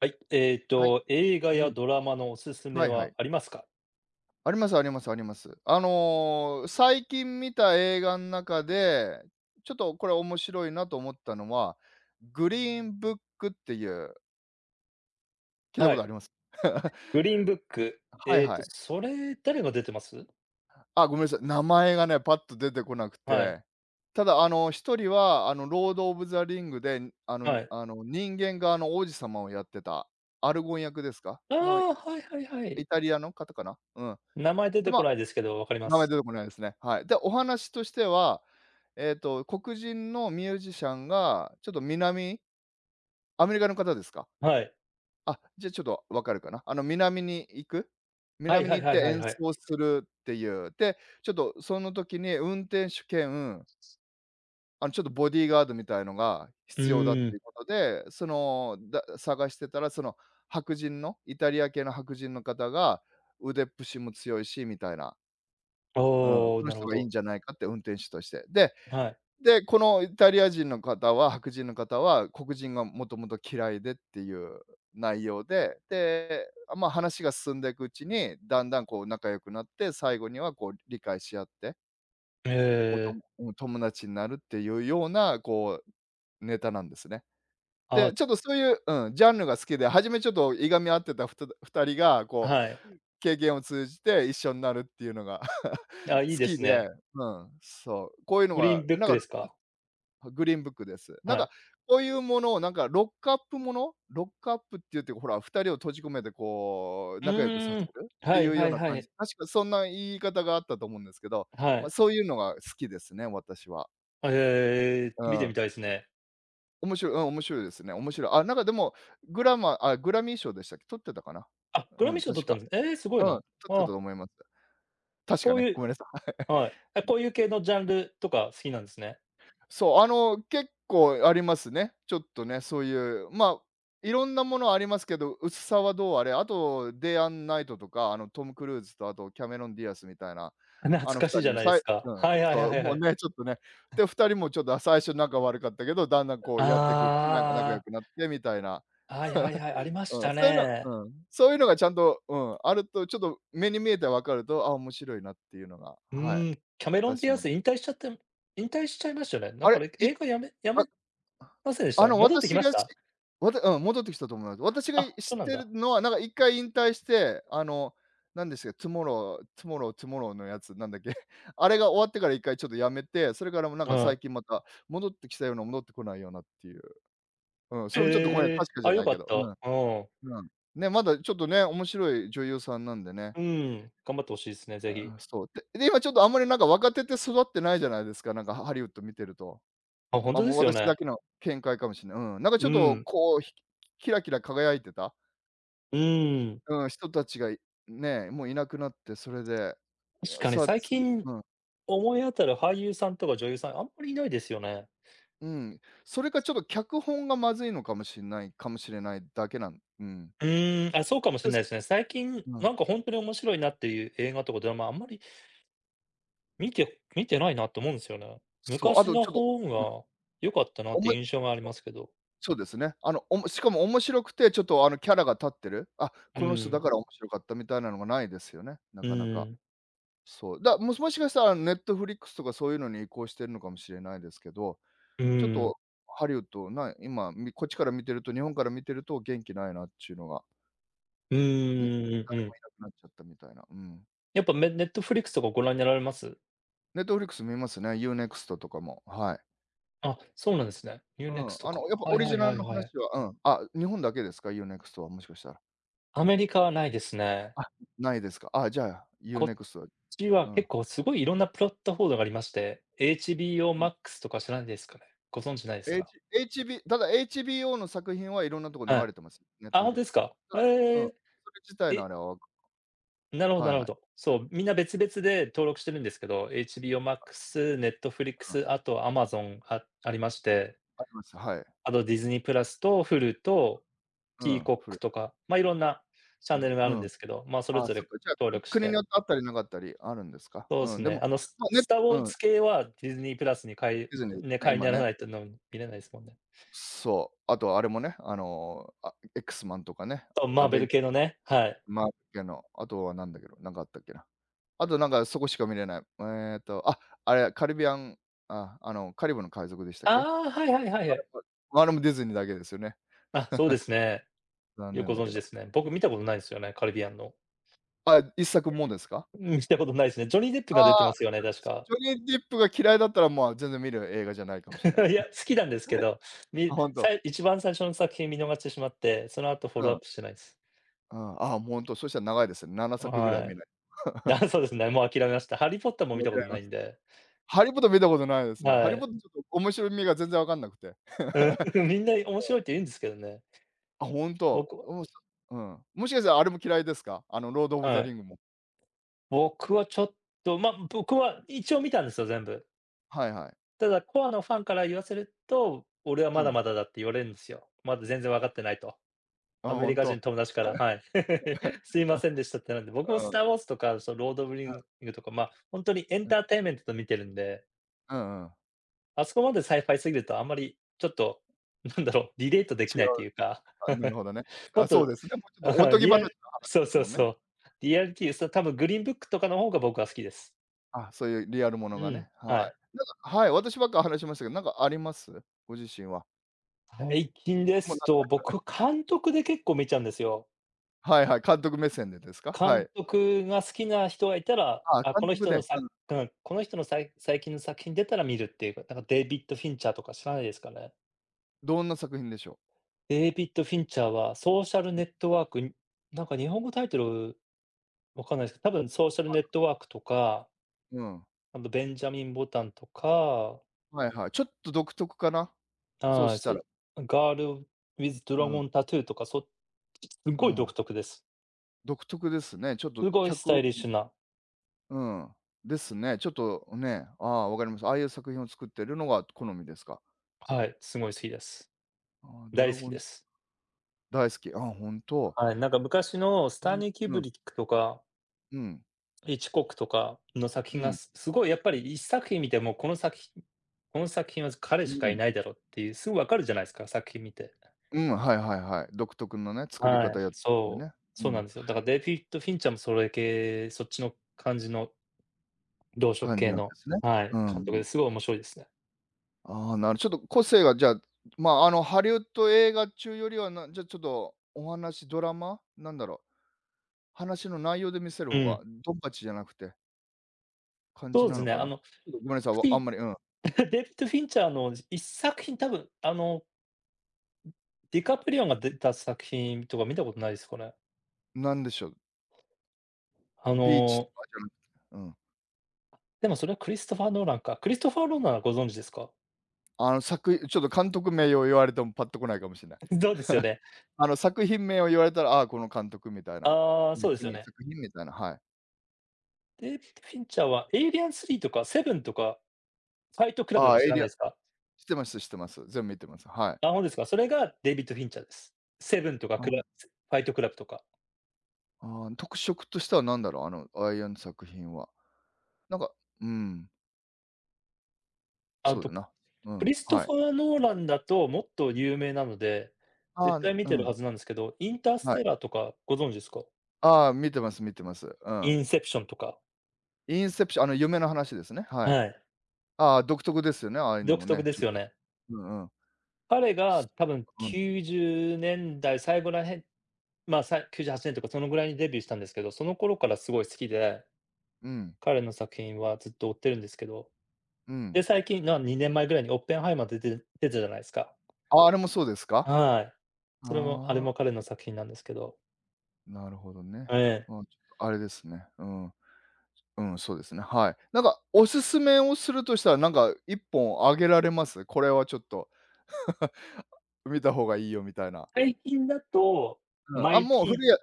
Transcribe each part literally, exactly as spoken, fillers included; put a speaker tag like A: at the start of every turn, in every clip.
A: はい、えっ
B: はい。
A: と、映画
B: う
A: や
B: ん。
A: ドラマのおすす
B: は
A: め
B: いは
A: は
B: い。
A: ありますか？
B: ありますありますあります。あの、最近見た映画の中で、ちょっとこれ面白いなと思ったのは、グリーンブックっていう、聞いた
A: は
B: ことあ
A: い。
B: ります？
A: グリーンブック。
B: はい
A: えっ
B: は
A: と、
B: い。
A: それ、誰が出てます？
B: あ、ごめんなさい。名前がね、パッと出てこなく
A: はい、
B: て。ただ、あの、ひとりは、あの、ロード・オブ・ザ・リングで、あの
A: はい。
B: あの、人間側の王子様をやってた、アルゴン役ですか？
A: あ
B: の
A: あ、はいはいはい。
B: イタリアの方かな？うん。
A: 名前出
B: で、
A: て
B: ま
A: こ
B: あ
A: ないですけど、わかりま
B: 名前
A: す。
B: 出てこないですね。はい。で、お話としては、えっと、黒人のミュージシャンが、ちょっと南アメリカの方ですか？
A: はい。
B: あ、じゃ、ちょっとわかるかな。あの、南に行く
A: はい
B: 南に
A: はい
B: 行っ
A: は
B: て
A: いはい
B: 演
A: はい。
B: 奏するっていう。で、ちょっとその時に運転手兼、あの、ちょっとボディーガードみたいのが
A: う
B: 必要だっ
A: ー
B: て
A: ん。
B: いうことで、その、だ探してたら、その白人の、イタリア系の白人の方が腕っぷしも強いしみたいな、うん、こ
A: おー
B: の
A: なる
B: 人
A: ほ
B: がいいん
A: ど。
B: じゃないかって運転手として。で
A: はい。
B: で、このイタリア人の方は、白人の方は、黒人がもともと嫌いでっていう内容で、で、ま、話が進んでいくうちに、だんだんこう仲良くなって、最後にはこう理解し合って、
A: え
B: おとも
A: え、
B: うん、友達になるっていうような、こう、ネタなんですね。
A: あ、
B: で、ちょっとそういううん、ジャンルが好きで、初めちょっといがみ合ってたふたふたりが、こう
A: はい。
B: 経験を通じて一緒になるっていうのが
A: あ、いい
B: 好
A: で
B: き
A: す
B: で、
A: ね。
B: うん、そう、こういうの
A: グリ
B: が、
A: ーンブッ
B: なん
A: クで
B: か
A: すか？
B: グリーンブックです。なん
A: は
B: か、
A: い。
B: こういうものをなんかロックアップものロックアップって言って、ほら、ふたりを閉じ込めてこう、
A: う
B: 仲良くさ
A: ー
B: せ
A: ん。
B: るって
A: は
B: い
A: い
B: うよう
A: はい
B: な
A: は
B: 感じ。
A: い。
B: 確かそんな言い方があったと思うんですけど、
A: は
B: ま、
A: い。
B: そういうのが好きですね、私は。
A: え
B: う
A: え、見てみ
B: ん。
A: たいですね。
B: 面白いうん、面白いですね。面白い。あ、なんかでも、グラマあ、グラミー賞でしたっけ、取ってたかな。
A: あ、グ
B: う
A: ラミー
B: ん、
A: 賞取
B: 確
A: った
B: か。
A: んです。ええ、すご
B: う
A: い
B: ん、
A: な。
B: 取ってたと
A: あ、
B: 思います。確か
A: こう
B: ね、
A: い
B: ご
A: う
B: めんなさい。
A: はい。あ、こういう系のジャンルとか好きなんですね。
B: そう、あの、結構ありますね。ちょっとね、そういう、ま、あいろんなものありますけど、薄さはどうあれ、あと、デイアンナイトとか、あの、トム・クルーズとあとキャメロン・ディアスみたいな、
A: あ、懐
B: あの
A: かし
B: 2
A: い
B: 人
A: じゃ
B: も
A: ないで
B: さい
A: すか。
B: うん、
A: はいはい
B: そ
A: は
B: う、
A: いは
B: もう
A: い。
B: ね、ちょっとね、で、ふたりもちょっと、最初仲悪かったけど、だんだんこう
A: あ
B: やっていくうちに、なんか仲良くなってみたいな、
A: あ、はいはいはい、ありまし
B: うん、
A: た
B: そういうの
A: ね。
B: うん、そういうのがちゃんと、うん、あると、ちょっと目に見えて分かると、あ、面白いなっていうのが、
A: う
B: はい、
A: ーん、キャメロン・デ
B: 私
A: ィア
B: の。
A: ス引退しちゃって引退しちゃいましたよね。なん
B: あ
A: か、
B: れ、
A: れ
B: い
A: 映画やめや
B: あ
A: めませんでし
B: あ
A: た？
B: の、
A: 戻ってき
B: 私
A: まし
B: がし
A: た？
B: わたうん、戻ってきたと思います。私が
A: あ、
B: 知
A: そう
B: っ
A: なん
B: てる
A: だ。
B: のは、なんかいっかい引退して、あの、なんでしたっけ、トゥモロートゥモロートゥモローのやつ、なんだっけ、あれが終わってからいっかいちょっとやめて、それからもなんか
A: は
B: 最
A: い。
B: 近また戻ってきたような、戻ってこないようなっていう。うん、それもちょっとごめん、
A: ええ、
B: 確かじゃ
A: あ、良
B: ない
A: か
B: け
A: っ
B: ど、
A: た。
B: うん、
A: うん。
B: うん。ね、まだちょっとね、面白い女優さんなんでね。
A: うーん、頑張って欲しいですね、ぜ
B: う
A: ひ。
B: ん、そう。でで、今ちょっとあんまりなんか若手って育ってないじゃないですか、なんかハハリウッド見てると。
A: あ、ほん
B: あ、
A: とで
B: もう
A: すよ
B: 私
A: ね。
B: だけの見解かもしれない。うん。なんかちょ
A: う
B: っと
A: ん、
B: こう、ひキラキラ輝いてた、
A: うーん。
B: うん、人たちが、いね、もういなくなって、それで、
A: 確かに
B: さあ
A: 最
B: 次
A: 近
B: うん、
A: 思い当たる俳優さんとか女優さん、あんまりいないですよね。
B: うん。それかちょっと脚本がまずいのかもしんないかもしれないだけなん、うん。
A: うーん、あ、そうかもし
B: で
A: れない
B: す。
A: ですね。最近、
B: うん。
A: なんか本当に面白いなっていう映画とかドラマ、あんまり見て見てないなと思うんですよね。
B: そう、あ
A: 昔
B: と
A: の
B: ちょっと、
A: 方
B: うん、
A: が良かったなっ
B: お
A: て
B: も
A: いう印象があり
B: そう、
A: ますけど。
B: そうですね。あの、おもしかも面白くて、ちょっとあのキャラが立ってる、あ、
A: う
B: この人だ
A: ん、
B: から面白かったみたいなのがないですよね、な
A: う
B: かなか。
A: ん、
B: そう、だもしもしかしたらネットフリックスとかそういうのに移行してるのかもしれないですけど、
A: う
B: ちょっ
A: ん、
B: とハリウッドな今、みこっちから見てると、日本から見てると元気ないなっちゅうのが、
A: うん
B: ね、
A: うんうんうん
B: 誰
A: う
B: も
A: ん。
B: いなくなっちゃったみたいな、うん。
A: やっぱ、ネットフリックスとかご覧になられます？
B: ネットフリックス見ますね、ユーネクストとかも、はい。
A: あ、そうなんですね。ユー
B: う
A: ネク
B: ん、
A: スト
B: あ
A: か。
B: のやっぱ
A: は
B: オ
A: い
B: リジ
A: はい
B: ナル
A: はい
B: の
A: はい。
B: 話はうん、あ、日本だけですか？ユーネクストはもしかしたら。
A: アメリカはないですね。
B: あ、ないですか。あ、じゃあユー
A: こ
B: ネ
A: っ
B: クストは
A: ちは
B: うん、
A: 結構すごいいろんなプラットフォームがありまして、エイチビーオー
B: うん。
A: Max とか知らないですかね？ご存知ないですか？
B: H HB ただ エイチビーオー の作品はいろんなとこ
A: は
B: 流れ
A: い。
B: てます。
A: あ、ほです
B: Netflix と
A: か。
B: か。うん。
A: え
B: そ
A: え。
B: れ自体のあ
A: え、
B: れはわか
A: なるほど、
B: は
A: な
B: い
A: るほ
B: は
A: ど。
B: い。
A: そう、みんな別々で登録してるんですけど、エイチビーオー Max、 ス、
B: うん、
A: Netflix、あと Amazon あありまして、
B: あります。はい。
A: あとディズニープラスと Hulu と
B: う
A: ピー
B: ん、
A: コッ
B: 古
A: ク
B: い。
A: とか、まあ、いろんなチャンネルがあ
B: う
A: るん
B: ん、うん。
A: ですけど、まあ、それ
B: あ、
A: ぞ
B: そっ
A: れ
B: か、じゃあ、
A: 登
B: く
A: 録し
B: 国に
A: て。
B: よってあったりなかったりあるんですか？
A: そうで
B: う
A: す
B: ん、で
A: ね、
B: も、
A: あの、ス
B: まあ、ね
A: スター・ウォー
B: うん、
A: ズ系はディズニープラスに会い
B: ディズニーで
A: ね、
B: すね、
A: 会員に
B: 今
A: なら
B: ね。
A: ないと、の見れないですもんね。
B: そう、あとあれもね、あの、あ、X-Man とかね、
A: そう、
B: ア
A: マーベ
B: ベ
A: ル
B: ン
A: 系のね、はい。
B: マーベの、あとはなんだけど、なんかあったっけな。あとなんかそこしか見れない。えっと、あ、あれ、カリビアンあ、あの、カリブの海賊でしたっけ？
A: ああ、はいはいはいは
B: あれ
A: い。
B: もあれもディズニーだけですよね。
A: あ、そうですね。
B: 残
A: よ
B: 念
A: く
B: だ
A: ご存
B: け
A: 知で
B: ど。
A: すね。僕、見たことないんですよね、カリビアンの。
B: あ、いっさくもですか？
A: うん、見たことないですね。ジョニー・デップ
B: あ
A: が出てま
B: あ、
A: すよ
B: ジ
A: ね、
B: ョ
A: 確
B: そう、
A: か。
B: ジョニー・デップが嫌いだったら、まあ、全然見る映画じゃないかもしんない。
A: いや、好きなんですけど、
B: あ、
A: み
B: ほん
A: さ
B: と。
A: い一番最初の作品見逃してしまって、その後フォ
B: う
A: ローア
B: ん。
A: ップしてないです。
B: うん、ああ、もうほんと、そしたら長いですね。ななさくぐらい
A: は
B: 見ない。
A: い。あ、そうですね、もう諦めました。ハリー・ポッターも見
B: も
A: た
B: ち
A: こ
B: ゃい
A: とな
B: ま
A: いん
B: す。
A: で、
B: ハリー・ポッター見たことないですね。ハ
A: は
B: リー・ポッ
A: い。
B: ターちょっと面白みが全然わかんなくて。
A: うん、 みんな面白いって言うんですけどね。
B: あ、ほん
A: 僕
B: と。
A: は
B: おもしうん。もしかしたらあれも嫌いですか？あの、ロード・オブ・
A: は
B: ザ・リ
A: い。
B: ングも。
A: 僕はちょっと、まあ、僕は一応見たんですよ、全部。
B: はいはい。
A: ただコアのファンから言わせると、俺は
B: う
A: まだ
B: ん。
A: まだだって言われるんですよ。まだ全然わかってないと。
B: あ、
A: アメ
B: ほ
A: リ
B: ん
A: カ人
B: と。
A: の友達から、はい。すいませんでしたって。なんで、僕も
B: うん。う
A: ス
B: んう
A: タ
B: ん。
A: ー・ウォーズとか、そのロード・オブ・リングとか、ま、あ本当にエンターテインメントと見てるんで、
B: うんうん。
A: あそこまでサイファイすぎるとあんまりちょっと、なんだろう、リレートでき
B: 違
A: ないって
B: う
A: いうか、
B: あ、なる ほどね。
A: も
B: あ、
A: っ
B: そ
A: と、
B: うですね。もうちょっとお
A: あ
B: とぎ
A: リ
B: 話
A: ア
B: の話
A: ル、そう
B: です
A: そう
B: もんね。
A: そう。リアリティ、そ、多分グリーンブックとかの方が僕は好きです。
B: あ、そういうリアルもの
A: う
B: が
A: ん、
B: ね、はい。なんかはい、私ばっか話しましたけど、なんかあります？ご自身は。
A: はい。最近で
B: もう
A: す
B: なん
A: と、
B: か
A: 僕、監督で結構見ちゃうんですよ。
B: はいはい、監督目線でですか？は
A: 監
B: い。
A: 督が好きな人がいたら、
B: あ
A: あ、こ
B: 監
A: の
B: 督
A: 人
B: で、
A: の
B: う
A: さ
B: ん。
A: うん、この人のさい最近の作品出たら見るっていうか、なんかデイビッド・フィンチャーとか知らないですかね？
B: どんな作品でしょ
A: デイビッド・フィンチャーはソーシャルネットワークに、なんか日本語タイトルわかんないですけど、多分ソーシャルネットワークとか、
B: う？うん。
A: あとベンジャミン・ボタンとか、
B: はいはい。ちょっと独特かな、そう
A: はい、
B: し
A: そ
B: たら。
A: う、ガール・ウィズ・ド
B: う
A: ラ
B: ん、
A: ゴン・タトゥーとか、そす
B: う
A: ごい
B: ん。
A: 独特です。
B: 独特ですね。ちょっと
A: すごいスタ
B: 脚
A: イリッシュな、
B: うん、ですね。ちょっとね、ああ、わかります。ああいう作品を作ってるのが好みですか？
A: はい、すごい好きです。
B: ああ、ドラ
A: 大好
B: ゴ
A: き
B: ン
A: で
B: ズ
A: す。
B: 大好き。ああ、本当。
A: はい、なんか昔のス
B: な
A: ター
B: に
A: ニー・キュー
B: う
A: ブ
B: ん。
A: リックとか、
B: うん。
A: ヒッチコックとかの作品
B: う
A: が
B: ん。
A: すすごいやっぱり一作品見ても、この作品この作品は彼
B: う
A: しかい
B: ん。
A: ないだろうっていう、すぐ分かるじゃないですか、作品見て。
B: うん、はいはいはい。独特のね、作り
A: は
B: 方
A: い、
B: やってるんで
A: そう、
B: ね。
A: そう
B: う
A: な
B: ん、
A: んですよ。だからデイヴィッド・フィンチャーもそれ系、そっちの感じの同色
B: 感じ
A: 系
B: なんで
A: の、
B: すね。
A: はい、
B: う
A: 監督で
B: ん。
A: すごい面白いですね。
B: ああ、なるちょっと個性がじゃあ、まあ、あの、ハリウッド映画中よりは、なじゃ、ちょっとお話ドラマ、なんだろう、話の内容で見せる
A: う
B: 方が、
A: ん。
B: ドンパチじゃなくて、感じ
A: そうで
B: な
A: す
B: の
A: ね、
B: か
A: あ
B: な？
A: の、
B: ちょっとごめんなさい、
A: フ
B: わあ
A: ィ
B: んまり、うん、
A: デイヴィッド・フィンチャーの一作品多分、あの、ディカプリオが出た作品とか見たことないですかね？
B: なんでしょう？
A: あ
B: ビーチと
A: の、
B: かじゃなくて、うん。
A: でもそれはクリストファー・ノーランか。クリストファー・ノーランはご存知ですか？
B: あの、作ちょっと監督名を言われてもパッとこないかもしれない。
A: そうですよ ね。
B: あの、作品名を言われたら、ああ、この監督みたいな。
A: ああ、
B: うん、こ
A: そうですよ
B: の
A: ね。
B: 作品みたいな、はい。
A: デイビッド・フィンチャーはエイリアンスリーとかセブンとか、ファイトクラブと
B: あ
A: か
B: あ、エ
A: 知
B: イ
A: ら
B: リ
A: な
B: ア
A: い
B: ン、
A: ですか？
B: 知ってます知ってます。全部見てます。はい。
A: あ、ほんですか。それがデイビッド・フィンチャーです。セブンとか、
B: あ
A: ク
B: ん、
A: ラファイトクラブとか。
B: ああ、特色としては何だろう、あの、アイアン作品は。なんか、うん、
A: あ
B: そうだ
A: と、
B: な。う
A: ク
B: ん、
A: リスト
B: はい。
A: ファー・ノーランだともっと有名なので、
B: ああ、
A: 絶
B: う
A: 対見てる
B: ん、
A: はずなんですけど、インタース
B: は
A: テ
B: い。
A: ラーとかご存知ですか？
B: ああ、見てます見てます。う
A: イ
B: ん。
A: ンセプションとか。
B: インセプション、あの、夢の話ですね。はい。
A: はい。
B: ああ、独特ですよね、ああいうの
A: 独
B: も
A: 特
B: ね、
A: で
B: ちょ
A: すよ
B: っと。
A: ね。
B: うんうん。
A: 彼
B: す
A: が多分
B: うん、
A: きゅうじゅうねんだい最後らへん、まあ、さきゅうじゅうはちねんとかそのぐらいにデビューしたんですけど、その頃からすごい好きで、
B: うん、
A: 彼の作品はずっと追ってるんですけど、
B: うん。
A: で、最近、なにねんまえぐらいにオッペンハイマー出て出てたじゃないですか。
B: あ、あれもそうですか？
A: はい。それもあれ
B: あ
A: も
B: あ。
A: 彼の作品なんですけど、
B: なるほどね。
A: ええ。
B: まあ、ちょっとあれですね。うん。うん、そうですね。はい。なんかおすすめをするとしたら、なんかいっぽんあげられます？これはちょっと見た方がいいよみたいな。
A: 最近だと、
B: うん、
A: マ
B: あ、
A: イ
B: もう古
A: ティ
B: いや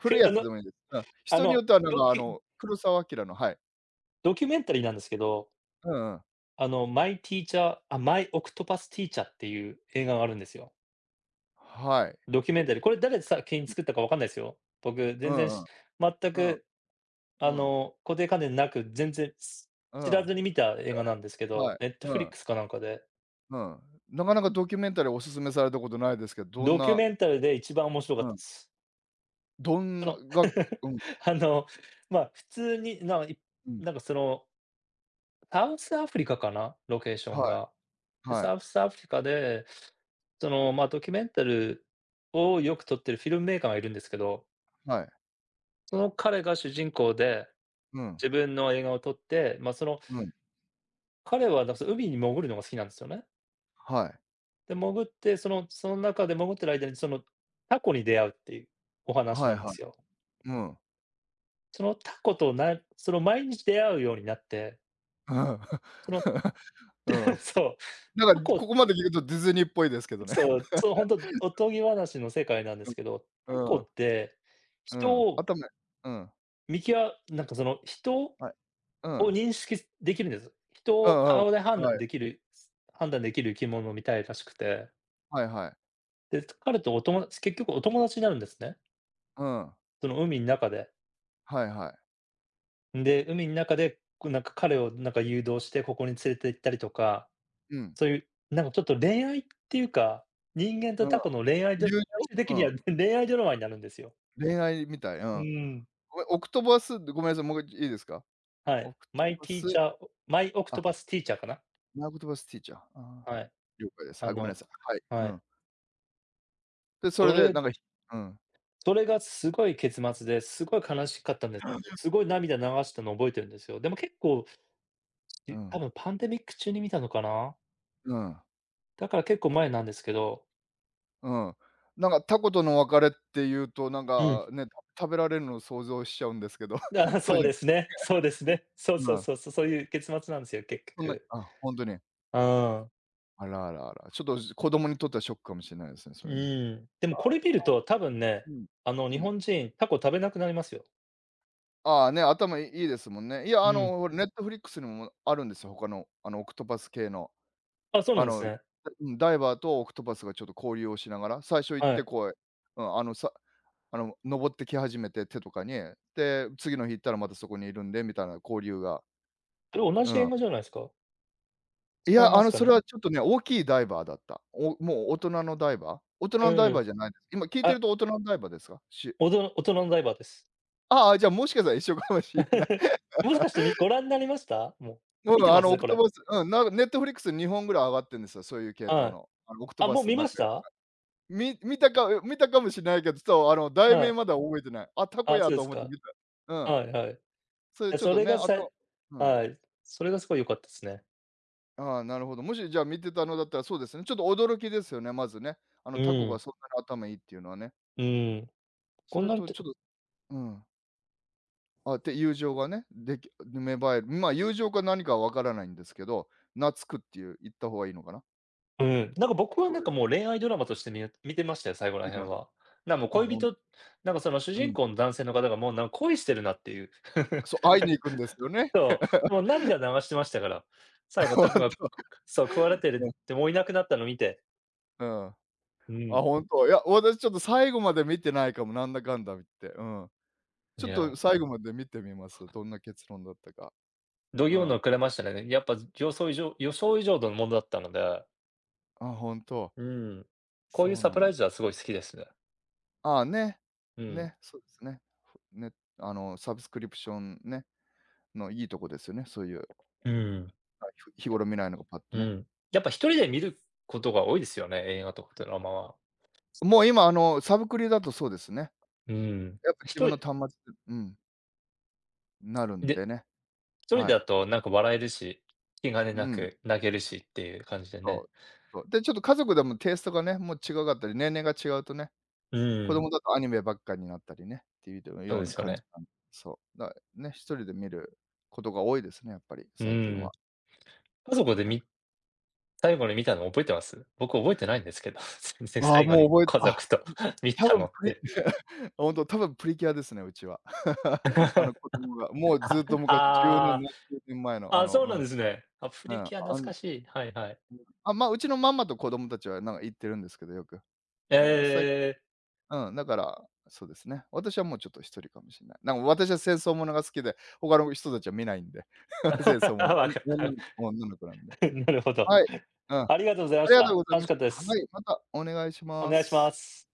B: 古い や
A: あ
B: つ
A: の、
B: でもいいです。うん。
A: あ
B: 人に
A: の、
B: よってはなん
A: ド
B: かあ
A: キュ
B: の、黒澤明の、はい。
A: ドキュメンタリーなんですけど、
B: うんうん。
A: あの、マイティーチャーあ、マイオクトパスティーチャーっていう映画があるんですよ。
B: はい。
A: ドキュメンタリー。これ誰作品作ったかわかんないですよ。僕
B: う
A: 全然
B: んう
A: し
B: ん。
A: 全
B: うん
A: く、あ
B: うん。
A: の、固定観念なく、全然、す
B: う
A: 知ら
B: ん。
A: ずに見た映画なんですけ
B: は
A: ど、
B: い。
A: ネット
B: う
A: フリッ
B: ん。
A: クスかなんかで、
B: うん。なかなかドキュメンタリーおすすめされたことないですけど、どん
A: ドキュ
B: な、
A: メンタルで一番面白か
B: う
A: った
B: ん、
A: です。
B: どん
A: そ
B: な
A: の
B: がうん、
A: あの、まあ、普通に、ない
B: うん。
A: なんかその、サウスアフリカかな、ロケーション
B: は
A: が。
B: い、
A: で、
B: はい、
A: サウスアフリカで、その、まあ、ドキュメンタルをよく撮ってるフィルムメーカーがいるんですけど、
B: はい。
A: その彼が主人公で、
B: うん、
A: 自分の映画を撮って、まあ、その、
B: うん。
A: 彼はなんかその海に潜るのが好きなんですよね。
B: はい。
A: で、潜って、そのその中で潜ってる間に、そのタコに出会うっていうお話
B: は
A: な
B: い
A: んで
B: はい。
A: すよ。
B: うん。
A: そのタコとなその毎日出会うようになって、
B: うん。
A: その
B: う ん。
A: そう、
B: な
A: タ
B: んか、こ
A: コ
B: こまで聞くとディズニーっぽいですけどね。
A: そう、そう、本当おとぎ話の世界なんです けど、
B: うん。
A: タコ
B: うん。
A: って
B: う
A: 人
B: ん。
A: を
B: 頭うん。
A: 見きなんかその人を
B: はい。うん。
A: 認識できるんです。人
B: う
A: を
B: んうん。
A: 顔で判断
B: は
A: で
B: い。
A: きる判断できる生き物みたいらしくて、
B: はいはい。
A: で、彼とおとも結局お友達になるんですね。
B: うん。
A: その海の中で。
B: はいはい。
A: で、海の中で、こうなんか彼をなんか誘導してここに連れて行ったりとか、
B: うん。
A: そういうなんかちょっと恋愛っていうか、人間
B: う
A: と
B: ん。
A: タコの恋愛
B: 友
A: ド
B: 情？
A: 最終的に
B: うん。
A: は 恋愛ドラマになるんですよ。
B: 恋愛みたい、う
A: う
B: ん。
A: ん、
B: ごめん、オクトバスごめんなさい、もういっかいいいですか？
A: は
B: オ
A: い。
B: クト
A: マイ
B: パ
A: ティー
B: ス、
A: チャーマイオクト
B: あ、
A: パスティーチャーかな。
B: ナークトバスティーチャー。あ
A: はい。
B: ー了解です。
A: あ
B: はい、ごめんな
A: の、
B: さい。はい。う
A: はい。
B: ん。で、それ
A: そ
B: でな
A: れ
B: んか、うん、
A: それがすごい結末で、すごい悲しかったんですけど、すごい涙流したの覚えてるんですよ。でも結構、
B: う
A: い
B: ん、
A: 多分パンデミック中に見たのかな。
B: うん。
A: だから結構前なんですけど。
B: うん。なんかタコとの別れっていうと、なん
A: うん。
B: かね、た食べられるのを想像しちゃうんですけど、
A: あ、
B: そう
A: そう
B: じゃ
A: で
B: ない、
A: すね。そうですね。そう
B: う
A: そう
B: ん、
A: そうそう、そういう結末なんですよ、結
B: そんな、
A: 局。
B: あ、本当に。
A: うん。
B: あらあらあら。ちょっと子供にとってはショックかもしれないですね、そ
A: う
B: れね。
A: ーん。でもこれ見ると、多分ね、
B: うん。
A: あの、
B: う
A: 日
B: ん。
A: 本人、タコ食べなくなりますよ。
B: ああ、ね、頭いいいいですもんね。いや、あ
A: うん。
B: の、ネットフリックスにもあるんですよ、他の、あの、オクトパス系の。
A: あ、そう
B: あ
A: なんです
B: の、
A: ね。
B: うん、ダイバーとオクトパスがちょっと交流をしながら、最初行っ
A: は
B: て
A: い。
B: こう、うん、あの、さあの、登ってき始めて、手とかに、で、次の日行ったらまたそこにいるんでみたいな交流が。
A: それ同
B: う
A: じ映
B: ん。
A: 画じゃないですか？
B: い
A: 違い
B: や、
A: ま
B: あ
A: す
B: の、
A: か
B: それ
A: ね？
B: はちょっとね、大きいダイバーだった。おもう大人のダイバー？大人
A: う
B: のダ
A: ん
B: イ
A: う
B: バー
A: ん。
B: じゃないです。今聞いてる
A: あ、
B: と大人のダイバーですか？し
A: おど大人のダイバーです。
B: ああ、じゃあ、もしかしたら一緒かもし れない。
A: もしかしてみご覧になりました？もう。
B: も
A: 見
B: う
A: て
B: あ
A: ま
B: の、オ
A: す？
B: ク
A: こ
B: ト
A: れ。
B: バス、うん、なネットフリックスに、ほんか Netflix、にほんぐらい上がってんですよ、そういう系統
A: はい。
B: の。あの、オクト
A: あ、
B: バ
A: もう
B: ス
A: 見ま
B: 仲
A: し
B: 良く。
A: た？
B: み見たか見たかもしれないけど、ちょっとあの、題
A: は
B: 名
A: い。
B: まだ覚えてない。あ、タコ
A: あ、
B: や
A: そうで
B: と
A: す
B: 思って
A: か。
B: 見た。うん。
A: はいはい。い
B: それ
A: や、
B: ちょっ
A: そ
B: と
A: れ
B: ね、
A: が
B: あ
A: さい
B: と、うん。
A: はい。それがすごい良かったすね。
B: ああ、なるほど。もしじゃあ見てたのだったらそうですね、ちょっと驚きですよね、まずね。あの、
A: う
B: タコが
A: ん。
B: そんなに頭いいっていうのはね。
A: うん。
B: そ
A: こん
B: れ
A: なん
B: と
A: て
B: ちょっと、うん。あ、で、友情がね、でき芽生える。まあ、友情か何かは分からないんですけど、懐くっていう言った方がいいのかな。
A: うん、なんか僕は
B: そう
A: なん
B: いう、
A: かもう恋愛ドラマとして見え見てましたよ、最後ら
B: 見てま
A: 辺
B: し
A: は。なんも
B: た。あ、
A: 恋
B: ほん
A: 人なんかその主
B: う
A: 人
B: ん。
A: 公の男性の方がもうなん恋してるなっていう。
B: そう、会いに行くんですよね。
A: そう、もう 涙流してましたから。最後
B: ほん
A: 拓が、
B: と。
A: そう、食われてる
B: う
A: でもういなくなったの見て、
B: ん、うん。あ、
A: うん。
B: 本当、いや、私ちょっと最後まで見てないかも、なんだかんだ見て。うん。ち
A: い
B: ょっ
A: や、
B: と最後まで見てみます。どんな結論だったか。
A: 度
B: う
A: 肝を抜
B: ん。
A: かれましたね。やっぱ予想以上予想以上のものだったので、
B: あ、本当、
A: うん。こういう
B: そう
A: サ
B: な
A: プラ
B: ん
A: イズはすごい好きですね。
B: ああ、ね。
A: うん。
B: ね、そうですね。ふね、あの、サブスクリプションね、のいいとこですよね、そういう。
A: うん、
B: はい、ふ日頃見ないのがパッと
A: う
B: ね。
A: ん。やっぱ一人で見ることが多いですよね、映画とかドラマは。
B: もう今あの、サブクリだとそうですね。
A: うん。
B: やっぱ自
A: 一
B: 分の
A: 人
B: 端末、うん、なるん
A: で
B: でね。
A: 一人
B: はい。
A: だとなんか笑えるし、気兼ね
B: う
A: な
B: ん、
A: く泣けるしっていう感じでね。
B: そう、そう。で、ちょっと家族でもテイストがね、もう違かったり、年齢が違うとね、
A: う
B: 子
A: ん、
B: 供だとアニメばっかになったりね、っていう
A: そう
B: よう
A: で
B: な
A: すよ
B: 感じ
A: ね。
B: なん、そう。だね、ひとりで見ることが多いですね、やっぱり
A: う
B: 最近
A: ん。
B: は。
A: 家族で
B: なんか、
A: み最後に見たの覚えてます？僕覚えてないんですけど、全然
B: ああ、
A: 最後
B: もう
A: に
B: 覚え
A: 家
B: あ、
A: 族と 見
B: 多
A: たの
B: 分
A: っ
B: プリ
A: て。
B: ほんと、 多分プリキュアですね、うちは。あの子供が、も うず
A: あ、
B: っと昔じゅうねん、
A: あ
B: 何十年前の
A: あ、
B: あ
A: あ、
B: の、
A: そう
B: う
A: な
B: ん。
A: んですね。あ、プ
B: う
A: リ
B: ん、
A: キュア
B: あ
A: 懐
B: ん
A: かしい。はいはい。
B: あ、ま、うちのママと子供たちはなんか行ってるんですけど、よく。
A: え
B: なんかさい
A: え。
B: うん、だから、そうですね。私はもうちょっと一人かもしんない。なんか私は戦争ものが好きで、他の人たちは見ないんで。戦争 もの、
A: わか
B: お女の女の子なんで。
A: なるほど。
B: はい。うん、あ
A: ありがとうございま
B: り
A: し
B: がとう
A: た。
B: ござい
A: 楽
B: ま
A: し
B: し
A: かっ
B: た。
A: たで
B: は
A: す。
B: い、またお願いし
A: お
B: ま
A: 願いしま
B: す。
A: す。